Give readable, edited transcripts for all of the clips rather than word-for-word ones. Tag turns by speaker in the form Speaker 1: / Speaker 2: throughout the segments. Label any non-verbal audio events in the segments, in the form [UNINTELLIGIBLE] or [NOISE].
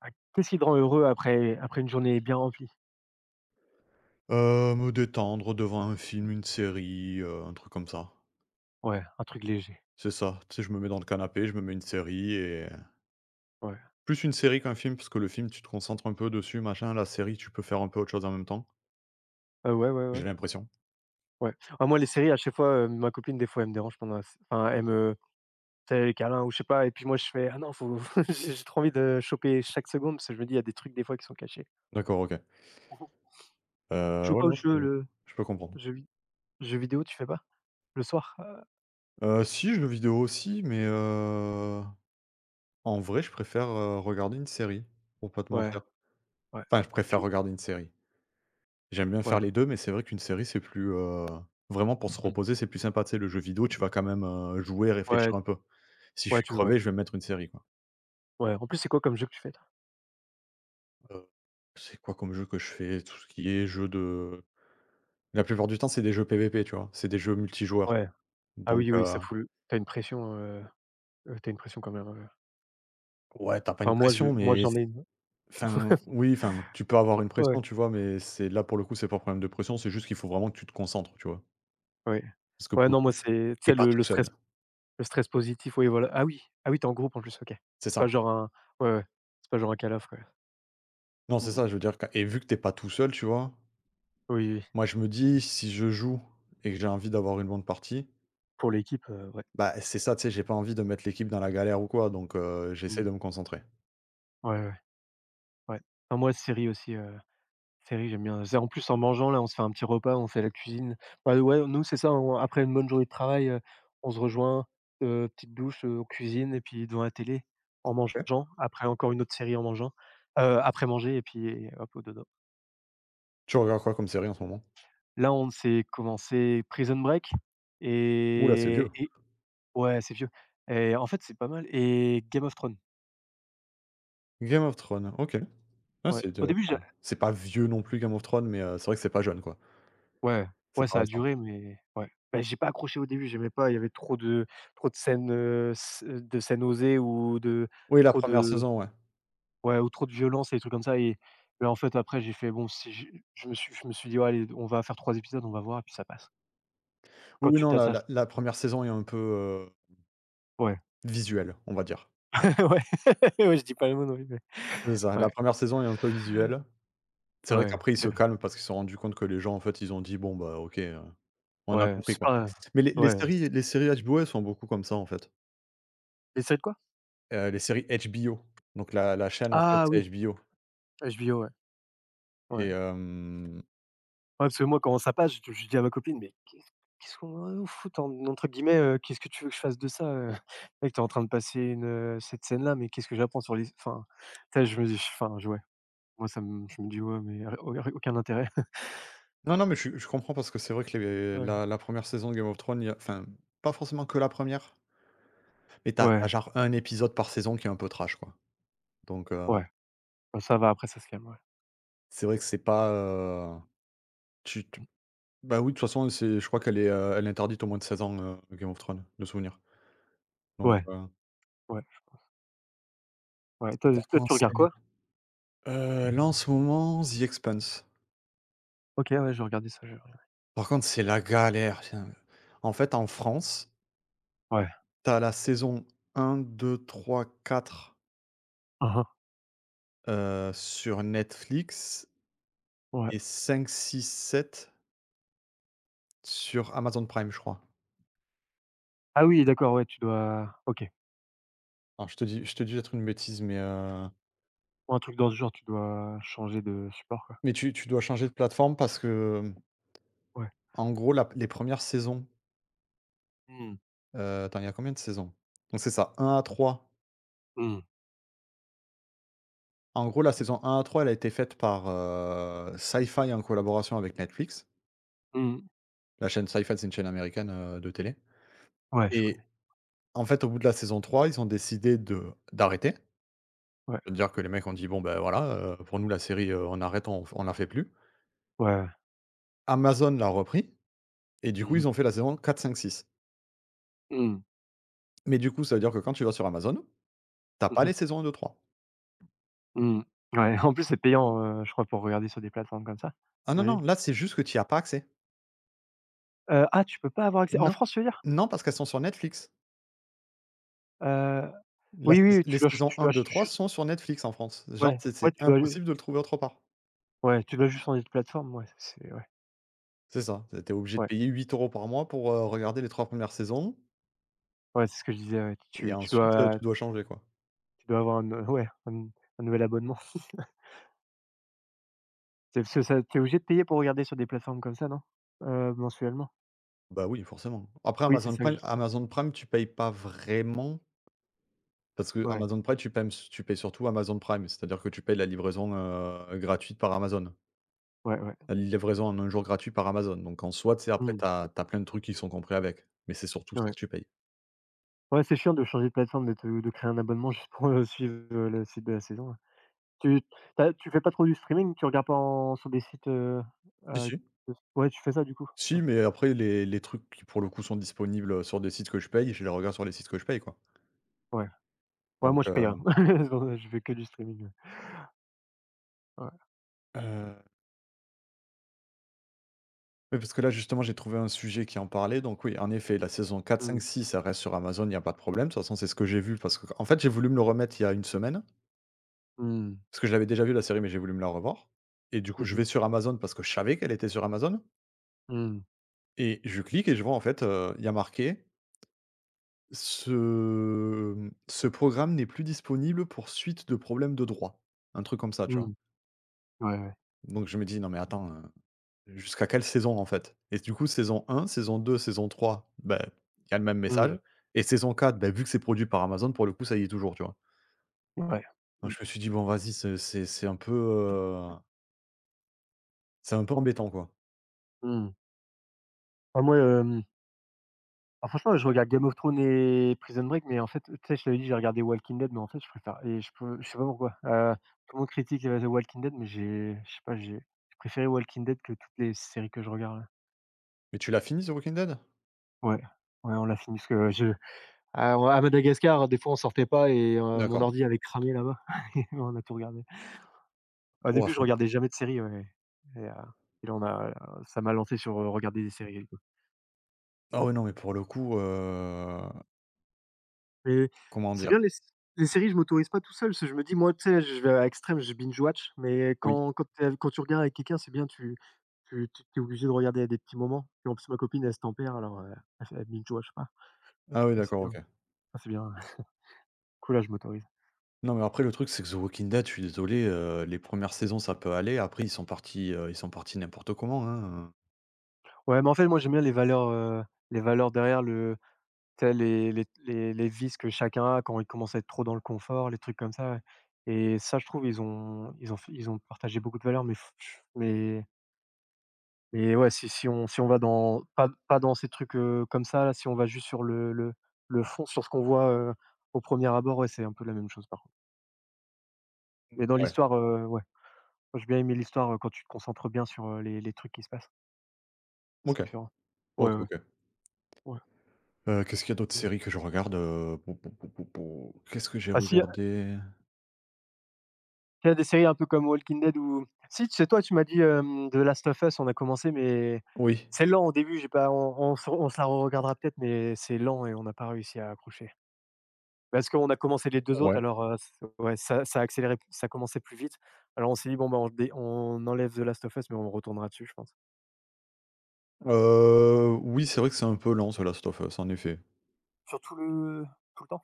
Speaker 1: Ah, qu'est-ce qui te rend heureux après une journée bien remplie?
Speaker 2: Me détendre devant un film, une série, un truc comme ça.
Speaker 1: Ouais, un truc léger.
Speaker 2: C'est ça, tu sais, je me mets dans le canapé, je me mets une série et
Speaker 1: Ouais.
Speaker 2: plus une série qu'un film parce que le film, tu te concentres un peu dessus, machin. La série, tu peux faire un peu autre chose en même temps,
Speaker 1: Ouais, ouais, ouais,
Speaker 2: j'ai l'impression.
Speaker 1: ouais. Ah moi les séries à chaque fois, ma copine des fois elle me dérange pendant la s enfin elle me fait sais, câlin ou je sais pas et puis moi je fais: «Ah non faut» [LAUGHS] j'ai trop envie de choper chaque seconde parce que je me dis il y a des trucs des fois qui sont cachés.
Speaker 2: D'accord, OK.
Speaker 1: [LAUGHS] Tu joues
Speaker 2: Ouais,
Speaker 1: pas au
Speaker 2: non, je
Speaker 1: jeu
Speaker 2: peux
Speaker 1: le
Speaker 2: je peux comprendre.
Speaker 1: jeu vid jeux vidéo, tu fais pas? Le soir?
Speaker 2: Si, jeux vidéo aussi, mais en vrai, je préfère, regarder une série, pour pas te
Speaker 1: Ouais,
Speaker 2: mentir.
Speaker 1: ouais.
Speaker 2: Enfin, je
Speaker 1: Tu
Speaker 2: préfère regarder une série. J'aime bien faire
Speaker 1: ouais,
Speaker 2: les 2 mais c'est vrai qu'une série, c'est plus, vraiment pour se
Speaker 1: mmh,
Speaker 2: reposer, c'est plus sympa. Tu sais, le jeu vidéo, tu vas quand même, jouer,
Speaker 1: ouais,
Speaker 2: réfléchir un peu. Si je
Speaker 1: ouais
Speaker 2: suis
Speaker 1: tu ouais,
Speaker 2: crevé, je vais me mettre une série, quoi.
Speaker 1: ouais. En plus c'est quoi comme jeu que tu fais toi?
Speaker 2: Heu, c'est quoi comme jeu que je fais? Tout ce qui est jeu de la plupart du temps, c'est des jeux PVP, tu vois? C'est des jeux multijoueurs.
Speaker 1: Ouais. Ah
Speaker 2: Donc,
Speaker 1: oui, oui, ça fout le tu une pression quand même,
Speaker 2: ouais, t'as pas une
Speaker 1: enfin
Speaker 2: pression,
Speaker 1: moi
Speaker 2: mais c
Speaker 1: j'en ai une.
Speaker 2: enfin, oui, enfin, tu peux avoir une
Speaker 1: Ouais,
Speaker 2: pression, tu vois? Mais c'est là, pour le coup, c'est pas un problème de pression, c'est juste qu'il faut vraiment que tu te concentres, tu vois?
Speaker 1: ouais.
Speaker 2: Parce que,
Speaker 1: Ouais,
Speaker 2: pour le
Speaker 1: non, moi,
Speaker 2: coup,
Speaker 1: c'est tu
Speaker 2: tu
Speaker 1: sais,
Speaker 2: pas
Speaker 1: le le
Speaker 2: tout
Speaker 1: stress
Speaker 2: seul.
Speaker 1: le stress positif, oui, voilà. Ah oui, ah oui, t'es en groupe en plus, OK.
Speaker 2: C'est
Speaker 1: C'est
Speaker 2: ça.
Speaker 1: pas genre un ouais, ouais, c'est pas genre un call off, ouais.
Speaker 2: Non, c'est
Speaker 1: Ou
Speaker 2: ça, je veux dire, quand et vu que t'es pas tout seul, tu vois?
Speaker 1: oui, oui,
Speaker 2: Moi, je me dis, si je joue et que j'ai envie d'avoir une bonne partie,
Speaker 1: pour l'équipe, ouais.
Speaker 2: bah, c'est ça, tu sais, j'ai pas envie de mettre l'équipe dans la galère ou quoi, donc j'essaie
Speaker 1: Mmh.
Speaker 2: de me concentrer.
Speaker 1: Ouais, ouais, ouais. Non, moi, série aussi, série, j'aime bien. C'est en plus, en mangeant, là, on se fait un petit repas, on fait la cuisine. Bah, ouais, nous, c'est ça, on après une bonne journée de travail, on se rejoint, petite douche, cuisine et puis devant la télé en
Speaker 2: OK.
Speaker 1: mangeant. Après, encore une autre série en mangeant, après manger et puis hop, au dodo.
Speaker 2: Tu regardes quoi comme série en ce moment?
Speaker 1: Là, on s'est commencé Prison Break
Speaker 2: Oula, c'est vieux.
Speaker 1: et ouais, c'est vieux et en fait, c'est pas mal et Game of Thrones,
Speaker 2: Game of Thrones, OK. Ah,
Speaker 1: ouais.
Speaker 2: c'est
Speaker 1: Au
Speaker 2: de
Speaker 1: début, j'a
Speaker 2: enfin, c'est pas vieux non plus Game of Thrones, mais c'est vrai que c'est pas jeune, quoi.
Speaker 1: ouais,
Speaker 2: C'est
Speaker 1: ouais,
Speaker 2: pas
Speaker 1: ça a
Speaker 2: récent.
Speaker 1: duré mais ouais. Bah, j'ai pas accroché au début, j'aimais pas, il y avait trop de scènes, s de scènes osées ou de
Speaker 2: Oui, la
Speaker 1: trop
Speaker 2: première
Speaker 1: de
Speaker 2: saison, ouais.
Speaker 1: ouais ou trop de violence et des trucs comme ça et en fait, après, j'ai fait: «Bon, si je» je me suis dit: «Oh allez, on va faire 3 épisodes, on va voir et puis ça passe».
Speaker 2: Oui,
Speaker 1: Quand
Speaker 2: oui,
Speaker 1: tu
Speaker 2: non, la la
Speaker 1: t'attaches
Speaker 2: la 1re saison est un peu,
Speaker 1: ouais,
Speaker 2: visuelle, on va dire.
Speaker 1: [LAUGHS] ouais, [LAUGHS] ouais, je dis pas le mot non plus, mais
Speaker 2: C'est ça, la
Speaker 1: ouais,
Speaker 2: première saison est un peu visuelle. C'est vrai
Speaker 1: ouais.
Speaker 2: qu'après, ils se calment parce qu'ils se sont rendus compte que les gens, en fait, ils ont dit: «Bon, bah, OK, hein, on a
Speaker 1: Ouais,
Speaker 2: compris,
Speaker 1: c'est
Speaker 2: quoi.»
Speaker 1: pas
Speaker 2: Mais les les
Speaker 1: ouais,
Speaker 2: séries les séries HBO, elles sont beaucoup comme ça, en fait.
Speaker 1: les séries de quoi?
Speaker 2: Les séries HBO, donc la chaîne, en fait,
Speaker 1: Ah
Speaker 2: c'est
Speaker 1: oui,
Speaker 2: HBO
Speaker 1: HBO, ouais, ouais. Ouais,
Speaker 2: et hem
Speaker 1: parce que moi quand ça passe, je dis à ma copine: «Mais qu'est-ce qu'on va nous en entre guillemets, qu'est-ce que tu veux que je fasse de ça, heu? [LAUGHS] Mec, tu es en train de passer cette scène-là, mais qu'est-ce que j'apprends sur les» enfin, tu sais, je me dis enfin, je ouais, moi ça me je me dis: «Ouais, mais au aucun intérêt».
Speaker 2: non, non, mais je comprends parce que c'est vrai que
Speaker 1: [LAUGHS]
Speaker 2: les
Speaker 1: Ouais.
Speaker 2: la la 1re saison de Game of Thrones, il y a enfin, pas forcément que la première. Mais t'as as
Speaker 1: Ouais,
Speaker 2: genre un épisode par saison qui est un peu trash, quoi. Donc
Speaker 1: ouais, bah, ça va, après ça se calme, ouais.
Speaker 2: c'est vrai que c'est pas, tu tu bah, oui, de toute façon, c'est je crois qu'elle est, elle est interdite aux moins de 16 ans, Game of Thrones, de souvenir. Donc
Speaker 1: Ouais, ouais, ouais. Toi
Speaker 2: c'était
Speaker 1: toi
Speaker 2: quoi en
Speaker 1: tu regardes
Speaker 2: série?
Speaker 1: quoi?
Speaker 2: Là, en ce moment, The Expanse.
Speaker 1: OK, ouais, je vais regarder ça, je vais regarder.
Speaker 2: Par contre, c'est la galère. Enfin, en fait, en France,
Speaker 1: Ouais.
Speaker 2: tu as la saison un, deux, trois, quatre
Speaker 1: Mmh mh.
Speaker 2: sur Netflix
Speaker 1: Ouais.
Speaker 2: et cinq, six, sept sur Amazon Prime, je crois.
Speaker 1: Ah oui, d'accord, ouais, tu dois OK.
Speaker 2: Alors je te dis peut-être une bêtise, mais, heu,
Speaker 1: Ou un truc dans ce genre, tu dois changer de support, quoi.
Speaker 2: mais tu dois changer de plateforme parce que,
Speaker 1: Ouais.
Speaker 2: en gros, la les premières saisons,
Speaker 1: Mmh.
Speaker 2: attends, il y a combien de saisons? Donc c'est ça, un à 3.
Speaker 1: Mmh.
Speaker 2: En gros, la saison un à 3, elle a été faite par, Syfy en collaboration avec Netflix.
Speaker 1: Mmh.
Speaker 2: La chaîne Syfy, c'est une chaîne américaine, de télé
Speaker 1: Ouais, je
Speaker 2: et
Speaker 1: connais.
Speaker 2: en fait, au bout de la saison 3, ils ont décidé de d'arrêter.
Speaker 1: Ouais,
Speaker 2: C'est-à-dire que les mecs ont dit: «Bon, ben, voilà, pour nous la série, on arrête, on la fait plus».
Speaker 1: ouais, ouais.
Speaker 2: Amazon l'a repris et du coup,
Speaker 1: Mmh mh.
Speaker 2: ils ont fait la saison quatre, cinq, six.
Speaker 1: Mmh.
Speaker 2: Mais du coup, ça veut dire que quand tu vas sur Amazon, t'as
Speaker 1: Mmh
Speaker 2: pas
Speaker 1: mh.
Speaker 2: les saisons un, deux, trois.
Speaker 1: Mmh. Ouais, en plus, c'est payant, je crois, pour regarder sur des plateformes comme ça,
Speaker 2: Ah non,
Speaker 1: j'imagine.
Speaker 2: non, là, c'est juste que tu y as pas accès.
Speaker 1: Ah, tu peux pas avoir accès en
Speaker 2: Non,
Speaker 1: France, tu veux dire?
Speaker 2: non, parce qu'elles sont sur Netflix.
Speaker 1: Heu,
Speaker 2: La
Speaker 1: oui,
Speaker 2: sais
Speaker 1: oui, oui,
Speaker 2: les saisons
Speaker 1: tu
Speaker 2: un,
Speaker 1: dois
Speaker 2: deux,
Speaker 1: ch
Speaker 2: trois
Speaker 1: juste
Speaker 2: sont sur Netflix en France. Genre,
Speaker 1: ouais,
Speaker 2: c'est
Speaker 1: ouais, tu dois ju
Speaker 2: impossible de le trouver autre part.
Speaker 1: ouais, tu dois juste changer de plateforme, ouais, c'est ouais,
Speaker 2: C'est ça. T'es obligé de
Speaker 1: ouais,
Speaker 2: payer 8 € par mois pour, regarder les 3 premières saisons
Speaker 1: ouais, c'est ce que je disais, ouais.
Speaker 2: et ensuite, tu dois changer, quoi.
Speaker 1: Tu dois avoir un nou ouais, un nouvel abonnement. C'est parce que ça tu es obligé de payer pour regarder sur des plateformes comme ça, non? Mensuellement?
Speaker 2: Bah oui, forcément. Après
Speaker 1: Oui, c'est
Speaker 2: Amazon
Speaker 1: ça que
Speaker 2: Prime
Speaker 1: je
Speaker 2: Amazon Prime, tu payes pas vraiment, parce que
Speaker 1: ouais,
Speaker 2: Amazon Prime, tu payes surtout Amazon Prime, c'est-à-dire que tu payes la livraison, gratuite par Amazon.
Speaker 1: ouais, ouais.
Speaker 2: La livraison en un jour gratuit par Amazon, donc en soi, tu sais, après
Speaker 1: Mmh.
Speaker 2: tu as plein de trucs qui sont compris avec, mais c'est surtout
Speaker 1: Ouais.
Speaker 2: ça
Speaker 1: Ouais,
Speaker 2: que tu payes.
Speaker 1: ouais, c'est chiant de changer de plateforme, de te de créer un abonnement juste pour, suivre, le site de la saison, ouais. Tu tu fais pas trop du streaming? Tu regardes pas en sur des sites,
Speaker 2: Si,
Speaker 1: heu,
Speaker 2: si.
Speaker 1: [UNINTELLIGIBLE] ouais, tu fais ça du coup?
Speaker 2: Si,
Speaker 1: OK.
Speaker 2: mais après les trucs qui, pour le coup, sont disponibles, sur des sites que je paye, je les regarde sur les sites que je paye, quoi,
Speaker 1: Ouais. Ouais,
Speaker 2: donc
Speaker 1: moi je paye, hein. [LAUGHS] Je fais que du streaming, ouais. Ouais.
Speaker 2: heu oui, parce que là, justement, j'ai trouvé un sujet qui en parlait. Donc oui, en effet, la saison 4 5
Speaker 1: Mmh.
Speaker 2: 6 ça reste sur Amazon, il n'y a pas de problème. De toute façon, c'est ce que j'ai vu parce que en fait, j'ai voulu me le remettre il y a une semaine,
Speaker 1: Mmh.
Speaker 2: parce que je l'avais déjà vu la série, mais j'ai voulu me la revoir et du coup,
Speaker 1: Mmh
Speaker 2: je vais
Speaker 1: mh.
Speaker 2: sur Amazon parce que je savais qu'elle était sur Amazon
Speaker 1: Mmh.
Speaker 2: et je clique et je vois en fait, il y a marqué: «Ce programme n'est plus disponible pour suite de problèmes de droits». Un truc comme ça, tu vois?
Speaker 1: Mmh. Ouais, ouais.
Speaker 2: Donc je me dis: «Non mais attends, jusqu'à quelle saison, en fait?» Et du coup, saison un, saison deux, saison trois, ben il y a le même
Speaker 1: Mmh.
Speaker 2: message et saison quatre, ben vu que c'est produit par Amazon, pour le coup, ça y est toujours, tu vois?
Speaker 1: Ouais.
Speaker 2: Donc
Speaker 1: Mmh.
Speaker 2: je me suis dit: «Bon vas-y, c'est un peu embêtant, quoi».
Speaker 1: Mmh. Ah moi, hem Ah franchement, je regarde Game of Thrones et Prison Break, mais en fait, tu sais, je t'avais dit, j'ai regardé Walking Dead, mais en fait, je préfère je sais pas pourquoi, tout le monde critique, The Walking Dead, mais j'ai je sais pas, j'ai préféré Walking Dead que toutes les séries que je regarde.
Speaker 2: Mais tu l'as fini The Walking Dead?
Speaker 1: Ouais, ouais, on l'a fini parce que je à Madagascar, des fois, on sortait pas et mon
Speaker 2: D'accord.
Speaker 1: ordi avait cramé là-bas [LAUGHS] et on a tout regardé. Au
Speaker 2: Oh à
Speaker 1: début, je
Speaker 2: fond.
Speaker 1: regardais jamais de séries, ouais et heu et là, on a ça m'a lancé sur, regarder des séries.
Speaker 2: Ah ouais, non mais pour le coup,
Speaker 1: Et
Speaker 2: comment
Speaker 1: c'est
Speaker 2: dire?
Speaker 1: bien les séries, je m'autorise pas tout seul, parce que je me dis: «Moi, tu sais, je vais à l'extrême, je binge watch», mais
Speaker 2: Oui.
Speaker 1: quand tu regardes avec quelqu'un, c'est bien, tu es obligé de regarder à des petits moments. Puis en plus, ma copine, elle se tempère, alors, elle binge watch pas.
Speaker 2: Ah oui,
Speaker 1: Ça, c'est
Speaker 2: d'accord, OK.
Speaker 1: bien, ça, c'est bien, [LAUGHS] Cool, là, je m'autorise.
Speaker 2: Non mais après le truc, c'est que The Walking Dead, je suis désolé, les premières saisons, ça peut aller. Après ils sont partis n'importe comment, hein.
Speaker 1: Ouais, mais en fait, moi, j'aime bien les valeurs derrière le tu sais, les vices que chacun a quand il commence à être trop dans le confort, les trucs comme ça, ouais et ça, je trouve, ils ont partagé beaucoup de valeurs, mais. Et ouais, si on va dans pas dans ces trucs, comme ça là, si on va juste sur le fond, sur ce qu'on voit, au premier abord, ouais, c'est un peu la même chose par contre. Mais dans
Speaker 2: Ouais.
Speaker 1: l'histoire, ouais, moi j'ai bien aimé l'histoire, quand tu te concentres bien sur, les trucs qui se passent, c'est
Speaker 2: OK.
Speaker 1: différent.
Speaker 2: OK,
Speaker 1: Ouais, ouais,
Speaker 2: OK.
Speaker 1: ouais,
Speaker 2: Qu'est-ce qu'il y a d'autres
Speaker 1: mmh.
Speaker 2: séries que je regarde? Qu'est-ce que j'ai
Speaker 1: Ah si,
Speaker 2: regardé?
Speaker 1: il y a des séries un peu comme Walking Dead ou si tu sais toi, tu m'as dit, The Last of Us, on a commencé mais
Speaker 2: Oui,
Speaker 1: c'est lent au début, j'ai pas on se la regardera peut-être mais c'est lent et on n'a pas réussi à accrocher. Parce qu'on a commencé les 2 autres
Speaker 2: ouais.
Speaker 1: alors, c ouais, ça a accéléré ça commençait plus vite. Alors on s'est dit: «Bon, bah, on enlève The Last of Us, mais on retournera dessus», je pense.
Speaker 2: Oui, c'est vrai que c'est un peu lent, ce Last of Us, en effet.
Speaker 1: Sur tout le temps?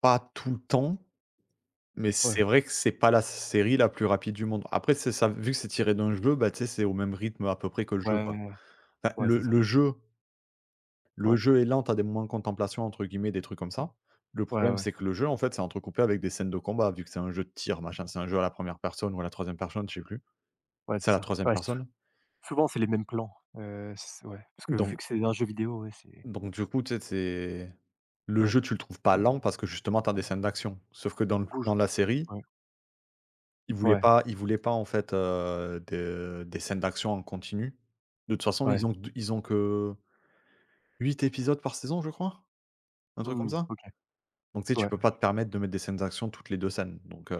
Speaker 2: Pas tout le temps, mais c'est
Speaker 1: Ouais,
Speaker 2: vrai que c'est pas la série la plus rapide du monde. Après, c'est ça, vu que c'est tiré d'un jeu, bah, tu sais, c'est au même rythme à peu près que le jeu, quoi.
Speaker 1: ouais,
Speaker 2: Enfin,
Speaker 1: ouais,
Speaker 2: le
Speaker 1: c'est ça.
Speaker 2: le jeu le
Speaker 1: Ouais,
Speaker 2: jeu est lent, tu des moments de «contemplation» entre guillemets, des trucs comme ça. Le
Speaker 1: ouais,
Speaker 2: problème,
Speaker 1: ouais,
Speaker 2: c'est que le jeu, en fait, c'est entrecoupé avec des scènes de combat, vu que c'est un jeu de tir, machin. C'est un jeu à la première personne ou à la troisième personne, je sais plus.
Speaker 1: ouais,
Speaker 2: C'est
Speaker 1: c'est
Speaker 2: à la
Speaker 1: ça.
Speaker 2: troisième
Speaker 1: Ouais,
Speaker 2: personne,
Speaker 1: souvent, c'est les mêmes plans, c ouais, parce que vu
Speaker 2: donc
Speaker 1: que c'est un jeu vidéo, ouais, c'est
Speaker 2: Donc du coup, tu sais, c'est le
Speaker 1: ouais,
Speaker 2: jeu, tu le trouves pas lent parce que justement, tu as des scènes d'action. Sauf que dans le
Speaker 1: ça bouge,
Speaker 2: dans la série,
Speaker 1: ouais,
Speaker 2: ils voulaient
Speaker 1: ouais,
Speaker 2: pas ils voulaient pas en fait, de des scènes d'action en continu. De toute façon,
Speaker 1: ouais.
Speaker 2: ils ont que 8 épisodes par saison, je crois? Un truc comme
Speaker 1: Mmh,
Speaker 2: ça?
Speaker 1: OK,
Speaker 2: Donc tu sais, tu
Speaker 1: ouais,
Speaker 2: peux pas te permettre de mettre des scènes d'action toutes les 2 scènes, donc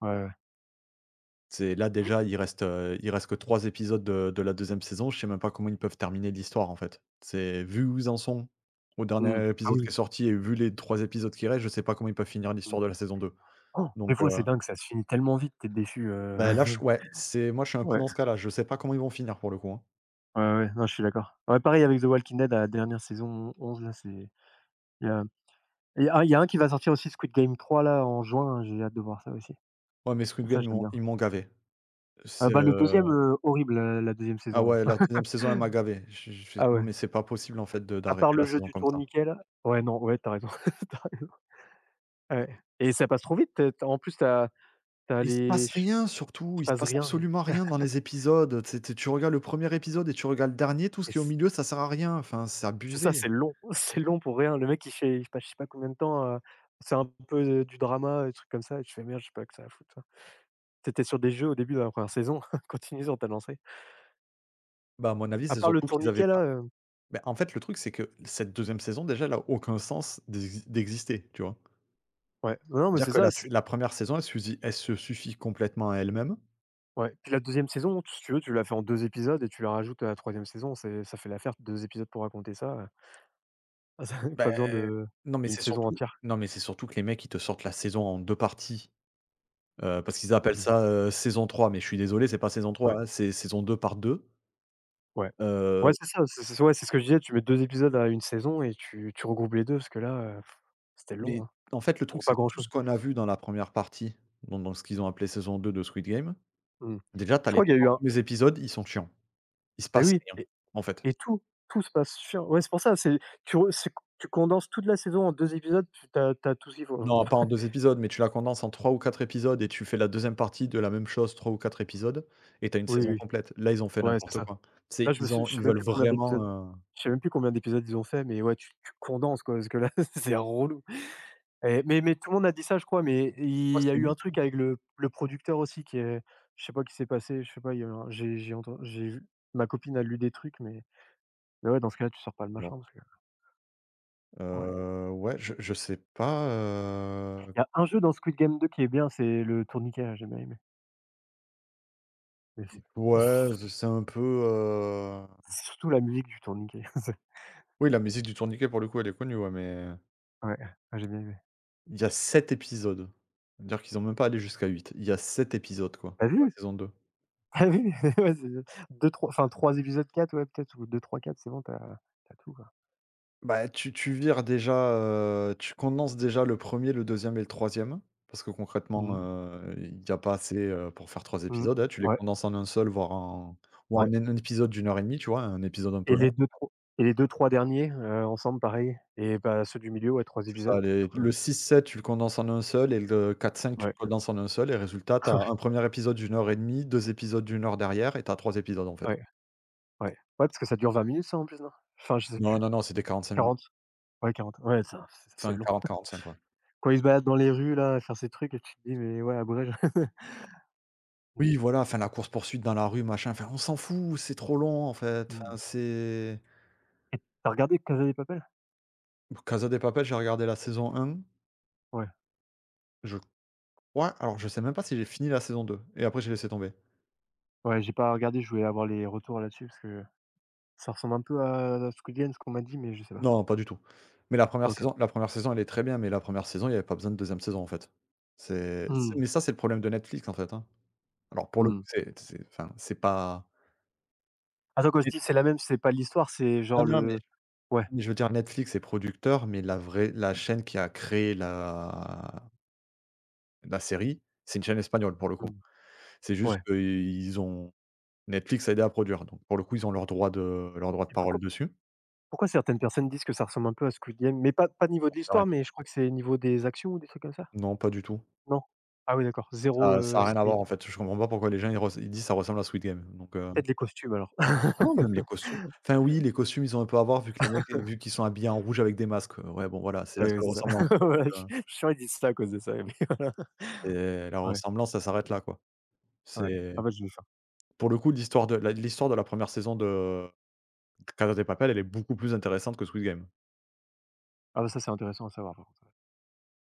Speaker 1: ouais, ouais.
Speaker 2: C'est là
Speaker 1: Mmh,
Speaker 2: déjà, il reste que 3 épisodes de la deuxième saison, je sais même pas comment ils peuvent terminer l'histoire, en fait. C'est vu où ils en sont au
Speaker 1: mmh.
Speaker 2: dernier
Speaker 1: Ah
Speaker 2: épisode qui
Speaker 1: oui,
Speaker 2: est sorti et vu les 3 épisodes qui restent, je sais pas comment ils peuvent finir
Speaker 1: mmh.
Speaker 2: l'histoire de la saison 2.
Speaker 1: Des
Speaker 2: Donc
Speaker 1: fois, c'est dingue, ça se finit tellement vite, t'es déçu,
Speaker 2: bah, là, je
Speaker 1: [LAUGHS]
Speaker 2: ouais, c'est moi, je suis un peu
Speaker 1: ouais.
Speaker 2: dans ce cas-là, je sais pas comment ils vont finir pour le coup, hein.
Speaker 1: Ouais, ouais, non, je suis d'accord. Ouais, pareil avec The Walking Dead, la dernière saison 11 là, c'est il y a il y a un qui va sortir aussi Squid Game 3 là en juin, hein, j'ai hâte de voir ça aussi.
Speaker 2: Ouais, mais Squid
Speaker 1: Ça,
Speaker 2: Game, ils
Speaker 1: j'aime
Speaker 2: m'ont
Speaker 1: bien.
Speaker 2: ils m'ont gavé. C'est,
Speaker 1: Ah bah, le
Speaker 2: heu
Speaker 1: deuxième e horrible, la deuxième
Speaker 2: ah
Speaker 1: saison,
Speaker 2: ouais,
Speaker 1: hein.
Speaker 2: la deuxième saison, elle m'a
Speaker 1: [LAUGHS]
Speaker 2: gavé. Je fais:
Speaker 1: Ah
Speaker 2: «Non,
Speaker 1: ouais,
Speaker 2: mais c'est pas possible, en fait, de
Speaker 1: à part
Speaker 2: d'arrêter
Speaker 1: le
Speaker 2: la
Speaker 1: jeu
Speaker 2: saison
Speaker 1: du
Speaker 2: comme ça».
Speaker 1: tourniquet là ouais, non, ouais, t'as raison, [LAUGHS] tu raison. Ouais et ça passe trop vite, tu as en plus, t'as
Speaker 2: Il se
Speaker 1: les
Speaker 2: passe
Speaker 1: ch
Speaker 2: rien surtout,
Speaker 1: il se
Speaker 2: il se
Speaker 1: passe
Speaker 2: passe
Speaker 1: rien
Speaker 2: absolument rien dans les épisodes, tu sais, tu regardes le premier épisode et tu regardes le dernier, tout ce
Speaker 1: et
Speaker 2: qui est au milieu, ça sert à rien, enfin, c'est
Speaker 1: c'est ça,
Speaker 2: abusé.
Speaker 1: c'est long, [LAUGHS] c'est long pour rien. Le mec, il passe je sais pas combien de temps à c'est un peu, du drama, des trucs comme ça et tu fais: «Merde, je sais pas que ça à foutre, t'étais sur des jeux au début de la première saison, [LAUGHS] continue sur, tu as lancé.
Speaker 2: Bah, à mon avis,
Speaker 1: À
Speaker 2: c'est
Speaker 1: part le
Speaker 2: surtout qu'ils avaient
Speaker 1: tourniquet
Speaker 2: pas,
Speaker 1: là,
Speaker 2: bah, en fait, le truc, c'est que cette deuxième saison, déjà, elle a aucun sens d'exister, tu vois?
Speaker 1: ouais, non, non, mais
Speaker 2: Dire
Speaker 1: c'est
Speaker 2: que
Speaker 1: ça, tu
Speaker 2: la 1re saison, elle se suffit complètement à elle-même.
Speaker 1: ouais, puis la deuxième e saison, si tu veux, tu l'as fait en 2 épisodes et tu la rajoutes à la troisième saison, c'est ça fait l'affaire 2 épisodes pour raconter ça, [LAUGHS] ça
Speaker 2: Ben
Speaker 1: pas besoin de
Speaker 2: non, mais
Speaker 1: d'une
Speaker 2: c'est
Speaker 1: saison
Speaker 2: surtout
Speaker 1: entière.
Speaker 2: non, mais c'est surtout que les mecs, ils te sortent la saison en 2 parties, parce qu'ils
Speaker 1: Mmh
Speaker 2: appellent
Speaker 1: mmh.
Speaker 2: ça, saison 3. Mais je suis désolé, c'est pas saison
Speaker 1: Ouais,
Speaker 2: trois hein, c'est saison 2 par 2.
Speaker 1: ouais. Ouais,
Speaker 2: Euh,
Speaker 1: c'est ça, c'est ouais, c'est ce que je disais, tu mets 2 épisodes à une saison et tu regroupes les 2 parce que là, c'était
Speaker 2: Mais
Speaker 1: long, hein,
Speaker 2: en fait, le truc,
Speaker 1: pour pas
Speaker 2: c'est
Speaker 1: grand
Speaker 2: tout
Speaker 1: chose.
Speaker 2: ce qu'on a vu dans la première partie, dans ce qu'ils ont appelé saison 2 de Squid Game,
Speaker 1: Mmh.
Speaker 2: déjà, tu as
Speaker 1: Je
Speaker 2: les
Speaker 1: crois qu'il y a
Speaker 2: 3
Speaker 1: eu un.
Speaker 2: premiers épisodes, ils sont chiants. Il se
Speaker 1: Mais
Speaker 2: passe
Speaker 1: oui.
Speaker 2: rien, en fait.
Speaker 1: Et tout, tout se passe sur ouais, c'est pour ça, c'est tu re c'est tu condenses toute la saison en 2 épisodes, tu as tout ce qu'il faut.
Speaker 2: Non, pas en 2 épisodes, mais tu la condenses en 3 ou 4 épisodes et tu fais la deuxième partie de la même chose, 3 ou 4 épisodes et tu as une
Speaker 1: Oui,
Speaker 2: saison
Speaker 1: oui,
Speaker 2: complète. Là, ils ont fait
Speaker 1: ouais, c'est
Speaker 2: n'importe
Speaker 1: ça.
Speaker 2: quoi. C'est
Speaker 1: Là, je me
Speaker 2: ils
Speaker 1: suis
Speaker 2: ont ils veulent vraiment,
Speaker 1: je sais même plus combien d'épisodes ils ont fait, mais ouais, tu condenses quoi, parce que là, [LAUGHS] c'est relou mais tout le monde a dit ça, je crois, mais
Speaker 2: je crois
Speaker 1: il
Speaker 2: que
Speaker 1: y a
Speaker 2: c'est
Speaker 1: eu un
Speaker 2: huit hein?
Speaker 1: truc avec le producteur aussi qui est je sais pas qui s'est passé, je sais pas, il y a eu un j'ai entendu. J'ai vu ma copine a lu des trucs, mais ouais, dans ce cas-là, tu sors pas le
Speaker 2: Non.
Speaker 1: machin parce que ouais.
Speaker 2: Ouais, je sais pas,
Speaker 1: Il y a un jeu dans Squid Game 2 qui est bien, c'est le tourniquet, là, j'ai bien aimé, mais c'est tout.
Speaker 2: ouais, c'est un peu,
Speaker 1: C'est surtout la musique du tourniquet. [LAUGHS] C'est
Speaker 2: oui, la musique du tourniquet, pour le coup, elle est connue, ouais, mais
Speaker 1: ouais, ah j'ai bien aimé.
Speaker 2: Il Y a 7 épisodes. C'est-à-dire qu'ils ont même pas allé jusqu'à 8. Il y a 7 épisodes, quoi,
Speaker 1: Tu as
Speaker 2: dans la
Speaker 1: vu?
Speaker 2: saison 2.
Speaker 1: [LAUGHS] Tu as vu? [LAUGHS] Ouais, c'est 2-3 enfin 3 épisodes, 4 ouais peut-être ou deux trois quatre c'est bon, t'as as tout quoi.
Speaker 2: Bah, tu vires déjà, tu condenses déjà le premier, le deuxième et le troisième parce que concrètement,
Speaker 1: Mmh,
Speaker 2: il y a pas assez, pour faire 3
Speaker 1: mmh.
Speaker 2: épisodes, hein. Tu les
Speaker 1: Ouais,
Speaker 2: condenses en un seul, voire en ou en
Speaker 1: ouais
Speaker 2: un épisode d'une heure et demie, tu vois? Un épisode un peu
Speaker 1: et
Speaker 2: long.
Speaker 1: les deux 3 et les deux trois derniers, ensemble pareil et bah, ceux du milieu, ouais 3
Speaker 2: C'est
Speaker 1: épisodes,
Speaker 2: ça,
Speaker 1: c'est
Speaker 2: les
Speaker 1: tout quoi.
Speaker 2: le six sept tu le condenses en un seul et le quatre cinq tu
Speaker 1: Ouais,
Speaker 2: le condenses en un seul et résultat, tu
Speaker 1: [LAUGHS]
Speaker 2: as
Speaker 1: ouais,
Speaker 2: un premier épisode d'une heure et demie, 2 épisodes d'une heure derrière et tu as 3 épisodes, en fait.
Speaker 1: ouais, ouais. Ouais parce que ça dure 20 minutes ça en plus, non? Enfin je sais plus,
Speaker 2: Non, non, non, c'est des 5 minutes.
Speaker 1: 40? Ouais 40 ouais ça c'est
Speaker 2: Enfin
Speaker 1: long.
Speaker 2: 45 quoi.
Speaker 1: Quand ils se baladent dans les rues là, à faire ces trucs et tu te dis: «Mais ouais abrège». [LAUGHS] Mmh,
Speaker 2: Oui, voilà, enfin la course-poursuite dans la rue, machin, enfin on s'en fout, c'est trop long en fait.
Speaker 1: mmh
Speaker 2: Enfin, c'est
Speaker 1: et tu regardé Casa de Papel?
Speaker 2: Casa de Papel, j'ai regardé la saison un.
Speaker 1: Ouais.
Speaker 2: Je crois, alors je sais même pas si j'ai fini la saison 2. Et après j'ai laissé tomber.
Speaker 1: Ouais, j'ai pas regardé, je voulais avoir les retours là-dessus parce que ça ressemble un peu à Squid Game, ce qu'on m'a dit, mais je sais pas.
Speaker 2: Non, pas du tout. Mais la première
Speaker 1: OK.
Speaker 2: saison la première saison, elle est très bien, mais la première saison, il y avait pas besoin de deuxième saison en fait. C'est
Speaker 1: Mmh,
Speaker 2: Mais ça, c'est le problème de Netflix en fait, hein. Alors pour le coup,
Speaker 1: mmh.
Speaker 2: c'est enfin, c'est pas
Speaker 1: Attends, quand je
Speaker 2: mais
Speaker 1: dis: «C'est la même», c'est pas l'histoire, c'est
Speaker 2: non,
Speaker 1: genre
Speaker 2: non, mais
Speaker 1: le ouais,
Speaker 2: mais je veux dire Netflix est producteur, mais la chaîne qui a créé la série, c'est une chaîne espagnole pour le coup.
Speaker 1: mmh,
Speaker 2: C'est juste
Speaker 1: ouais
Speaker 2: qu'ils ont Netflix a aidé à produire, donc pour le coup, ils ont leur droit de
Speaker 1: et
Speaker 2: parole
Speaker 1: pourquoi
Speaker 2: dessus.
Speaker 1: pourquoi certaines personnes disent que ça ressemble un peu à Squid Game? Mais pas niveau
Speaker 2: J'en
Speaker 1: de
Speaker 2: sais rien.
Speaker 1: l'histoire, mais je crois que c'est niveau des actions ou des trucs comme ça?
Speaker 2: Non, pas du tout.
Speaker 1: Non? Ah oui, d'accord, zéro
Speaker 2: Ça ça a rien à voir, en
Speaker 1: similitude.
Speaker 2: fait. Je comprends pas pourquoi les gens, ils disent: «Ça ressemble à Squid Game», donc
Speaker 1: Peut-être les costumes alors.
Speaker 2: non, même les
Speaker 1: [LAUGHS]
Speaker 2: costumes. Enfin, oui, les costumes, ils ont un peu à voir vu que les mecs vu qu'ils sont habillés en rouge avec des masques. Ouais, bon, voilà, c'est la
Speaker 1: Oui, oui,
Speaker 2: seule
Speaker 1: c'est ça.
Speaker 2: ressemblance,
Speaker 1: [LAUGHS]
Speaker 2: quoi, donc
Speaker 1: Voilà, je je suis sûr, ils disent ça à cause de ça, mais voilà.
Speaker 2: c'est la
Speaker 1: Ouais,
Speaker 2: ressemblance, ça s'arrête là, quoi.
Speaker 1: ouais.
Speaker 2: C'est
Speaker 1: Ah bah, je vais faire.
Speaker 2: pour le coup, l'histoire de la première saison de Casa de Papel, elle est beaucoup plus intéressante que Squid Game.
Speaker 1: Ah bah, ça, c'est intéressant à savoir, par contre.